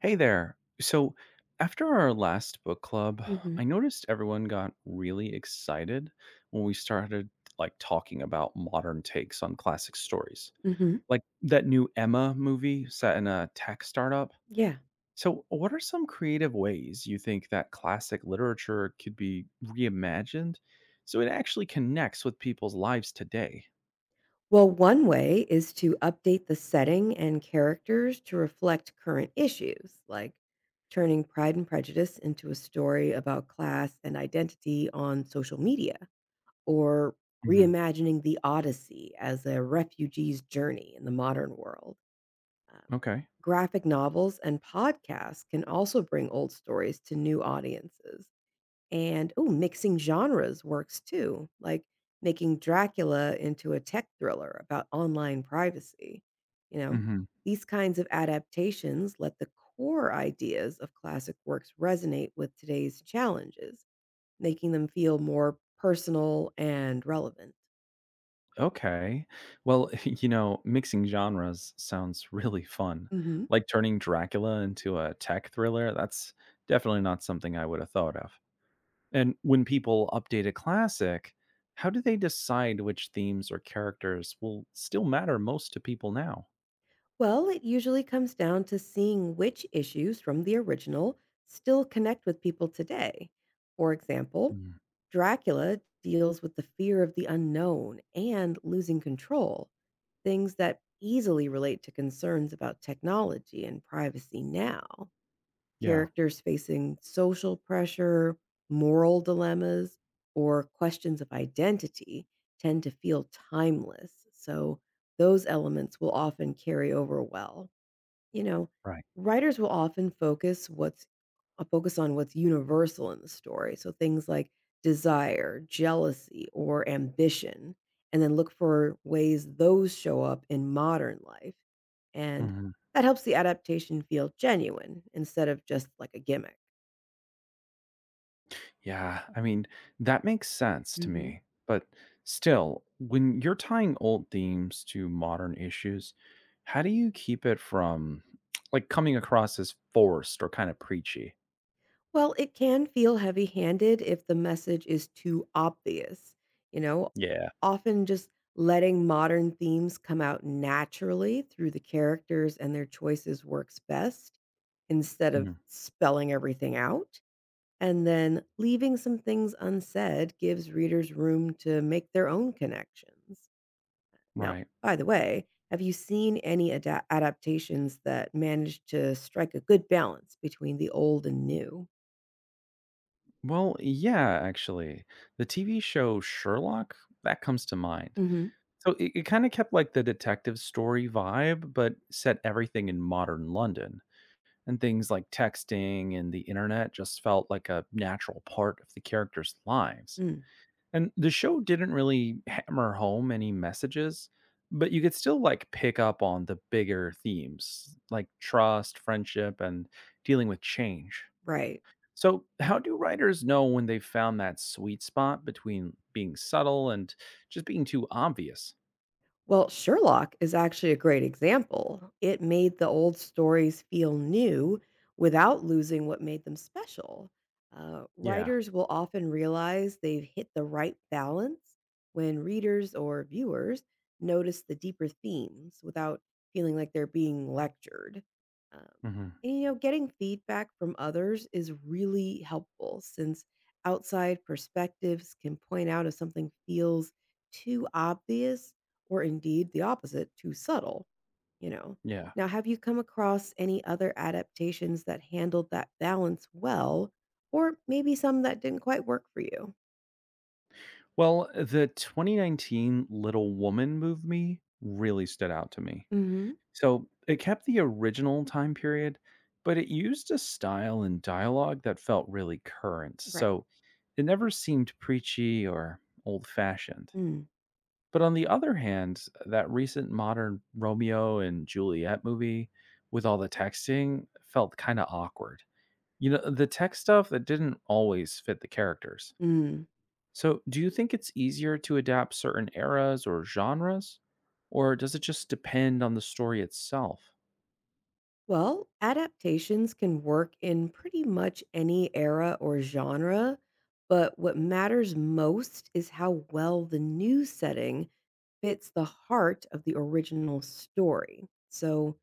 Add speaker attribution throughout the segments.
Speaker 1: Hey there. So, after our last book club,
Speaker 2: Mhm,
Speaker 1: I noticed everyone got really excited when we started talking about modern takes on classic stories.
Speaker 2: mhm.
Speaker 1: Like that new Emma movie set in a tech startup.
Speaker 2: Yeah.
Speaker 1: So, what are some creative ways you think that classic literature could be reimagined so it actually connects with people's lives today?
Speaker 2: Well, one way is to update the setting and characters to reflect current issues, like turning Pride and Prejudice into a story about class and identity on social media, or
Speaker 1: Hmm.
Speaker 2: reimagining the Odyssey as a refugee's journey in the modern world. Um,
Speaker 1: Okay.
Speaker 2: Graphic novels and podcasts can also bring old stories to new audiences. And, oh, mixing genres works too, like making Dracula into a tech thriller about online privacy. You know, these kinds of adaptations let the core ideas of classic works resonate with today's challenges, making them feel more personal and relevant.
Speaker 1: Okay. Well, you know, mixing genres sounds really fun.
Speaker 2: Mhm.
Speaker 1: Like turning Dracula into a tech thriller, that's definitely not something I would have thought of. And when people update a classic, how do they decide which themes or characters will still matter most to people now?
Speaker 2: Well, it usually comes down to seeing which issues from the original still connect with people today. For example,
Speaker 1: Mm,
Speaker 2: Dracula deals with the fear of the unknown and losing control, things that easily relate to concerns about technology and privacy now.
Speaker 1: yeah,
Speaker 2: Characters facing social pressure, moral dilemmas, or questions of identity tend to feel timeless. So those elements will often carry over well you know,
Speaker 1: right.
Speaker 2: Writers will often focus on what's universal in the story. So things like desire, jealousy, or ambition, and then look for ways those show up in modern life. And
Speaker 1: Mm-hmm.
Speaker 2: that helps the adaptation feel genuine instead of just like a gimmick.
Speaker 1: Yeah, I mean, that makes sense to me. But still, when you're tying old themes to modern issues, how do you keep it from coming across as forced or kind of preachy?
Speaker 2: Well, it can feel heavy handed if the message is too obvious. You know,
Speaker 1: Yeah.
Speaker 2: Often just letting modern themes come out naturally through the characters and their choices works best instead of
Speaker 1: Mhm.
Speaker 2: spelling everything out. And then leaving some things unsaid gives readers room to make their own connections. Now,
Speaker 1: Right.
Speaker 2: by the way, have you seen any adaptations that managed to strike a good balance between the old and new?
Speaker 1: Well, yeah, actually. The TV show Sherlock, that comes to mind.
Speaker 2: Hmm.
Speaker 1: So it kind of kept like the detective story vibe, but set everything in modern London. And things like texting and the internet just felt like a natural part of the characters' lives. And the show didn't really hammer home any messages, but you could still like pick up on the bigger themes like trust, friendship, and dealing with change.
Speaker 2: Right.
Speaker 1: So, how do writers know when they've found that sweet spot between being subtle and just being too obvious?
Speaker 2: Well, Sherlock is actually a great example. It made the old stories feel new without losing what made them special.
Speaker 1: Yeah.
Speaker 2: Writers will often realize they've hit the right balance when readers or viewers notice the deeper themes without feeling like they're being lectured. Um,
Speaker 1: Hmm.
Speaker 2: and, you know, getting feedback from others is really helpful since outside perspectives can point out if something feels too obvious, or indeed the opposite, too subtle, you know?
Speaker 1: Yeah.
Speaker 2: Now, have you come across any other adaptations that handled that balance well, or maybe some that didn't quite work for you?
Speaker 1: Well, the 2019 Little Woman movie really stood out to me.
Speaker 2: Hmm.
Speaker 1: So it kept the original time period, but it used a style and dialogue that felt really current.
Speaker 2: Right.
Speaker 1: So it never seemed preachy or old fashioned. But on the other hand, that recent modern Romeo and Juliet movie with all the texting felt kind of awkward. You know, the tech stuff that didn't always fit the characters.
Speaker 2: Mm.
Speaker 1: So, do you think it's easier to adapt certain eras or genres, or does it just depend on the story itself?
Speaker 2: Well, adaptations can work in pretty much any era or genre, but what matters most is how well the new setting fits the heart of the original story. So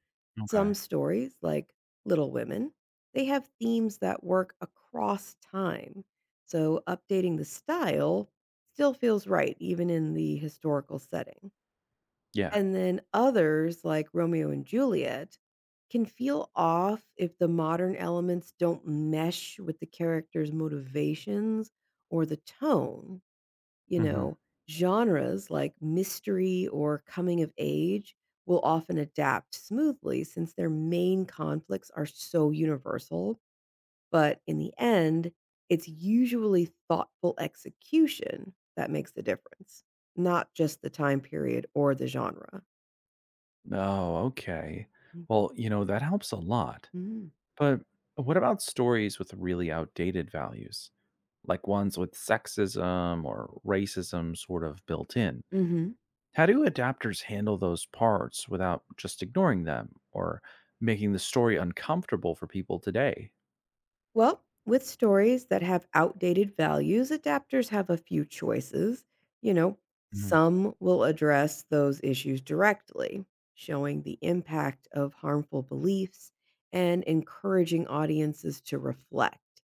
Speaker 2: some
Speaker 1: Okay.
Speaker 2: stories, like Little Women, they have themes that work across time. So, updating the style still feels right, even in the historical setting.
Speaker 1: Yeah.
Speaker 2: And then others, like Romeo and Juliet, can feel off if the modern elements don't mesh with the character's motivations or the tone. You
Speaker 1: Hmm.
Speaker 2: know, Genres like mystery or coming of age will often adapt smoothly since their main conflicts are so universal. But in the end, it's usually thoughtful execution that makes the difference, not just the time period or the genre.
Speaker 1: Oh, okay.
Speaker 2: Mm-hmm.
Speaker 1: Well, that helps a lot.
Speaker 2: Mm.
Speaker 1: But what about stories with really outdated values, like ones with sexism or racism sort of built in?
Speaker 2: Mhm.
Speaker 1: How do adapters handle those parts without just ignoring them or making the story uncomfortable for people today?
Speaker 2: Well, with stories that have outdated values, adapters have a few choices. You know,
Speaker 1: Hmm.
Speaker 2: some will address those issues directly, showing the impact of harmful beliefs and encouraging audiences to reflect,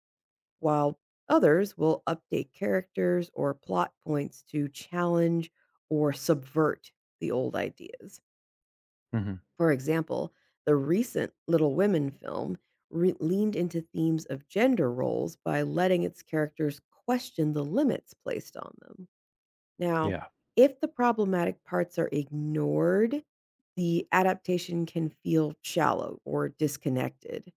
Speaker 2: while others will update characters or plot points to challenge or subvert the old ideas.
Speaker 1: Hmm.
Speaker 2: For example, the recent Little Women film leaned into themes of gender roles by letting its characters question the limits placed on them. Now,
Speaker 1: Yeah.
Speaker 2: if the problematic parts are ignored, the adaptation can feel shallow or disconnected.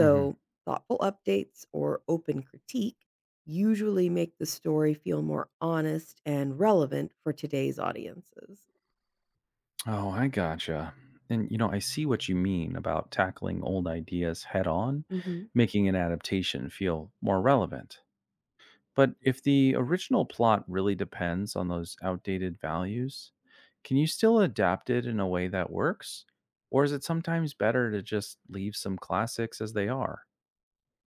Speaker 1: Hmm.
Speaker 2: thoughtful updates or open critique usually make the story feel more honest and relevant for today's audiences.
Speaker 1: Oh, I gotcha. And you know, I see what you mean about tackling old ideas head on,
Speaker 2: Mhm.
Speaker 1: making an adaptation feel more relevant. But if the original plot really depends on those outdated values, can you still adapt it in a way that works? Or is it sometimes better to just leave some classics as they are?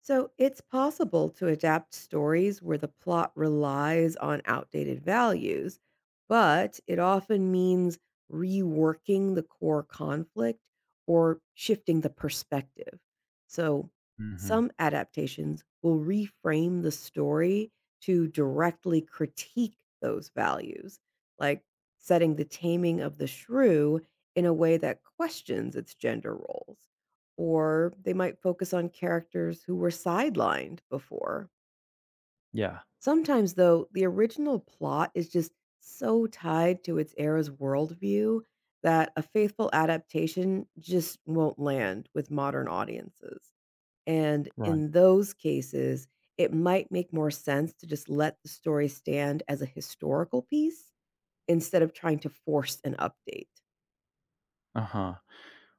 Speaker 2: So it's possible to adapt stories where the plot relies on outdated values, but it often means reworking the core conflict or shifting the perspective. So
Speaker 1: Hmm.
Speaker 2: some adaptations will reframe the story to directly critique those values, like setting the taming of the shrew in a way that questions its gender roles, or they might focus on characters who were sidelined before.
Speaker 1: Yeah,
Speaker 2: Sometimes, though, the original plot is just so tied to its era's worldview that a faithful adaptation just won't land with modern audiences. And
Speaker 1: right.
Speaker 2: in those cases, it might make more sense to just let the story stand as a historical piece instead of trying to force an update.
Speaker 1: Uh huh.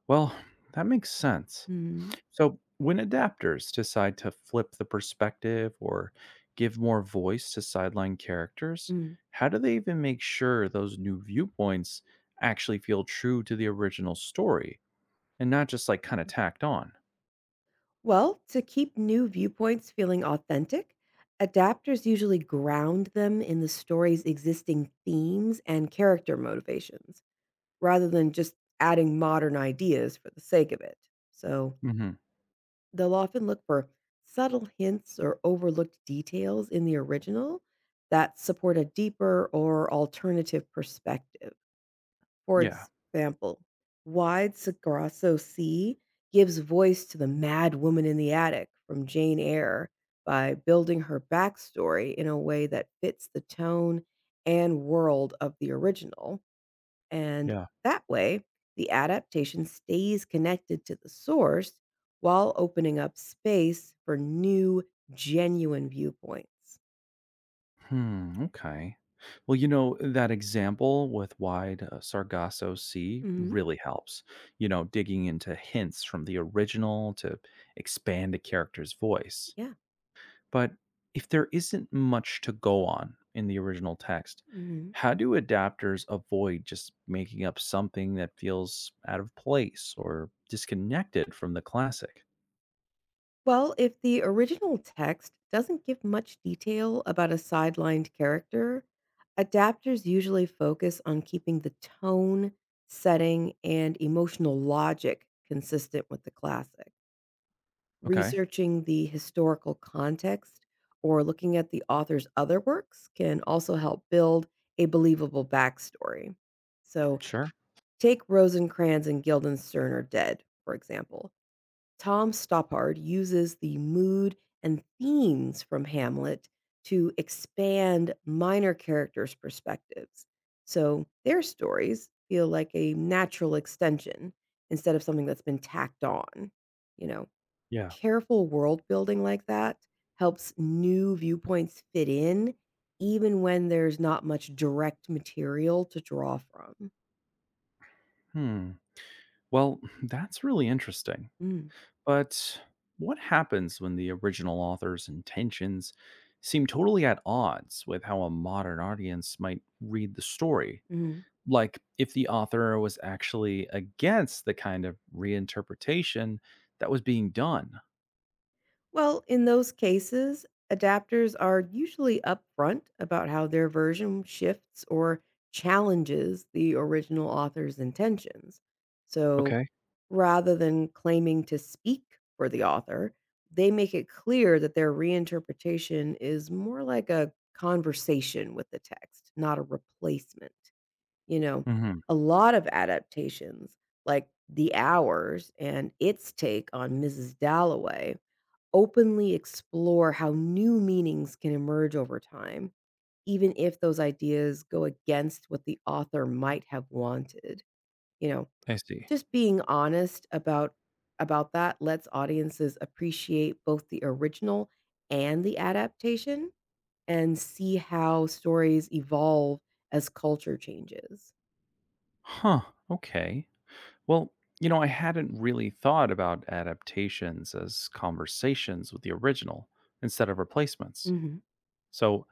Speaker 1: Well, that makes sense.
Speaker 2: Mm-hmm.
Speaker 1: So, when adapters decide to flip the perspective or give more voice to sideline characters, how do they even make sure those new viewpoints actually feel true to the original story and not just kind of tacked on?
Speaker 2: Well, to keep new viewpoints feeling authentic, adapters usually ground them in the story's existing themes and character motivations, rather than just adding modern ideas for the sake of it. So
Speaker 1: Hmm.
Speaker 2: they'll often look for subtle hints or overlooked details in the original that support a deeper or alternative perspective. For
Speaker 1: Yeah.
Speaker 2: example, Wide Sagrasso Sea gives voice to the mad woman in the attic from Jane Eyre by building her backstory in a way that fits the tone and world of the original. And
Speaker 1: Yeah.
Speaker 2: that way, the adaptation stays connected to the source while opening up space for new, genuine viewpoints.
Speaker 1: Hmm. Okay. Well, you know, that example with wide Sargasso Sea
Speaker 2: Hmm.
Speaker 1: really helps. You know, digging into hints from the original to expand a character's voice.
Speaker 2: Yeah.
Speaker 1: But if there isn't much to go on in the original text,
Speaker 2: Hmm.
Speaker 1: how do adapters avoid just making up something that feels out of place or disconnected from the classic?
Speaker 2: Well, if the original text doesn't give much detail about a sidelined character, adapters usually focus on keeping the tone, setting, and emotional logic consistent with the classic.
Speaker 1: Okay,
Speaker 2: Researching the historical context or looking at the author's other works can also help build a believable backstory. So,
Speaker 1: sure.
Speaker 2: take Rosencrantz and Guildenstern are dead, for example. Tom Stoppard uses the mood and themes from Hamlet to expand minor characters' perspectives. So their stories feel like a natural extension instead of something that's been tacked on. You know,
Speaker 1: Yeah.
Speaker 2: Careful world building like that helps new viewpoints fit in, even when there's not much direct material to draw from.
Speaker 1: Hmm. Well, that's really interesting.
Speaker 2: Mm,
Speaker 1: But what happens when the original author's intentions seem totally at odds with how a modern audience might read the story?
Speaker 2: mhm.
Speaker 1: Like if the author was actually against the kind of reinterpretation that was being done.
Speaker 2: Well, in those cases, adapters are usually upfront about how their version shifts or challenges the original author's intentions. So
Speaker 1: Okay.
Speaker 2: rather than claiming to speak for the author, they make it clear that their reinterpretation is more like a conversation with the text, not a replacement. You know,
Speaker 1: Hmm.
Speaker 2: a lot of adaptations, like The Hours and its take on Mrs. Dalloway, openly explore how new meanings can emerge over time, even if those ideas go against what the author might have wanted. You know,
Speaker 1: I see.
Speaker 2: just being honest about that lets audiences appreciate both the original and the adaptation, and see how stories evolve as culture changes.
Speaker 1: Huh. Okay. Well, you know, I hadn't really thought about adaptations as conversations with the original instead of replacements.
Speaker 2: Mhm.
Speaker 1: So,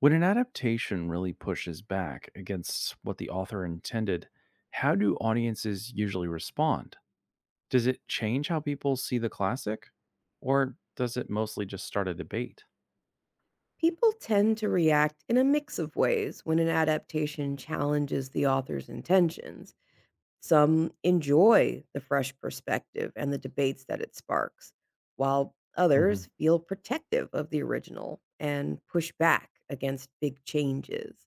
Speaker 1: when an adaptation really pushes back against what the author intended, how do audiences usually respond? Does it change how people see the classic? Or does it mostly just start a debate?
Speaker 2: People tend to react in a mix of ways when an adaptation challenges the author's intentions. Some enjoy the fresh perspective and the debates that it sparks, while others
Speaker 1: Mhm.
Speaker 2: feel protective of the original and push back against big changes.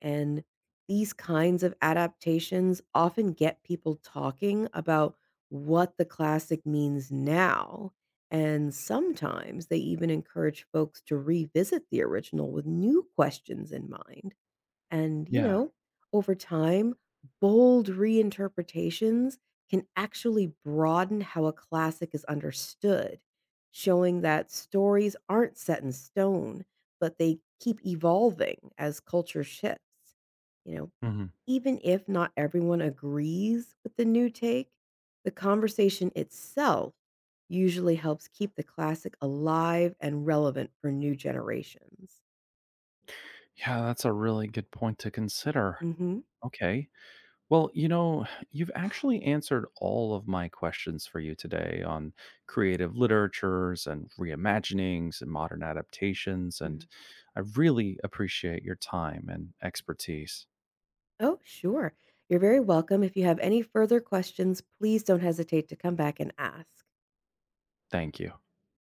Speaker 2: And these kinds of adaptations often get people talking about what the classic means now. And sometimes they even encourage folks to revisit the original with new questions in mind. And, you
Speaker 1: Yeah.
Speaker 2: know, over time, bold reinterpretations can actually broaden how a classic is understood, showing that stories aren't set in stone, but they keep evolving as culture shifts. You know,
Speaker 1: Mhm.
Speaker 2: Even if not everyone agrees with the new take, the conversation itself usually helps keep the classic alive and relevant for new generations.
Speaker 1: Yeah, that's a really good point to consider.
Speaker 2: Mhm.
Speaker 1: Okay. Well, you know, you've actually answered all of my questions for you today on creative literatures and reimaginings and modern adaptations. And I really appreciate your time and expertise.
Speaker 2: Oh, sure. You're very welcome. If you have any further questions, please don't hesitate to come back and ask.
Speaker 1: Thank you.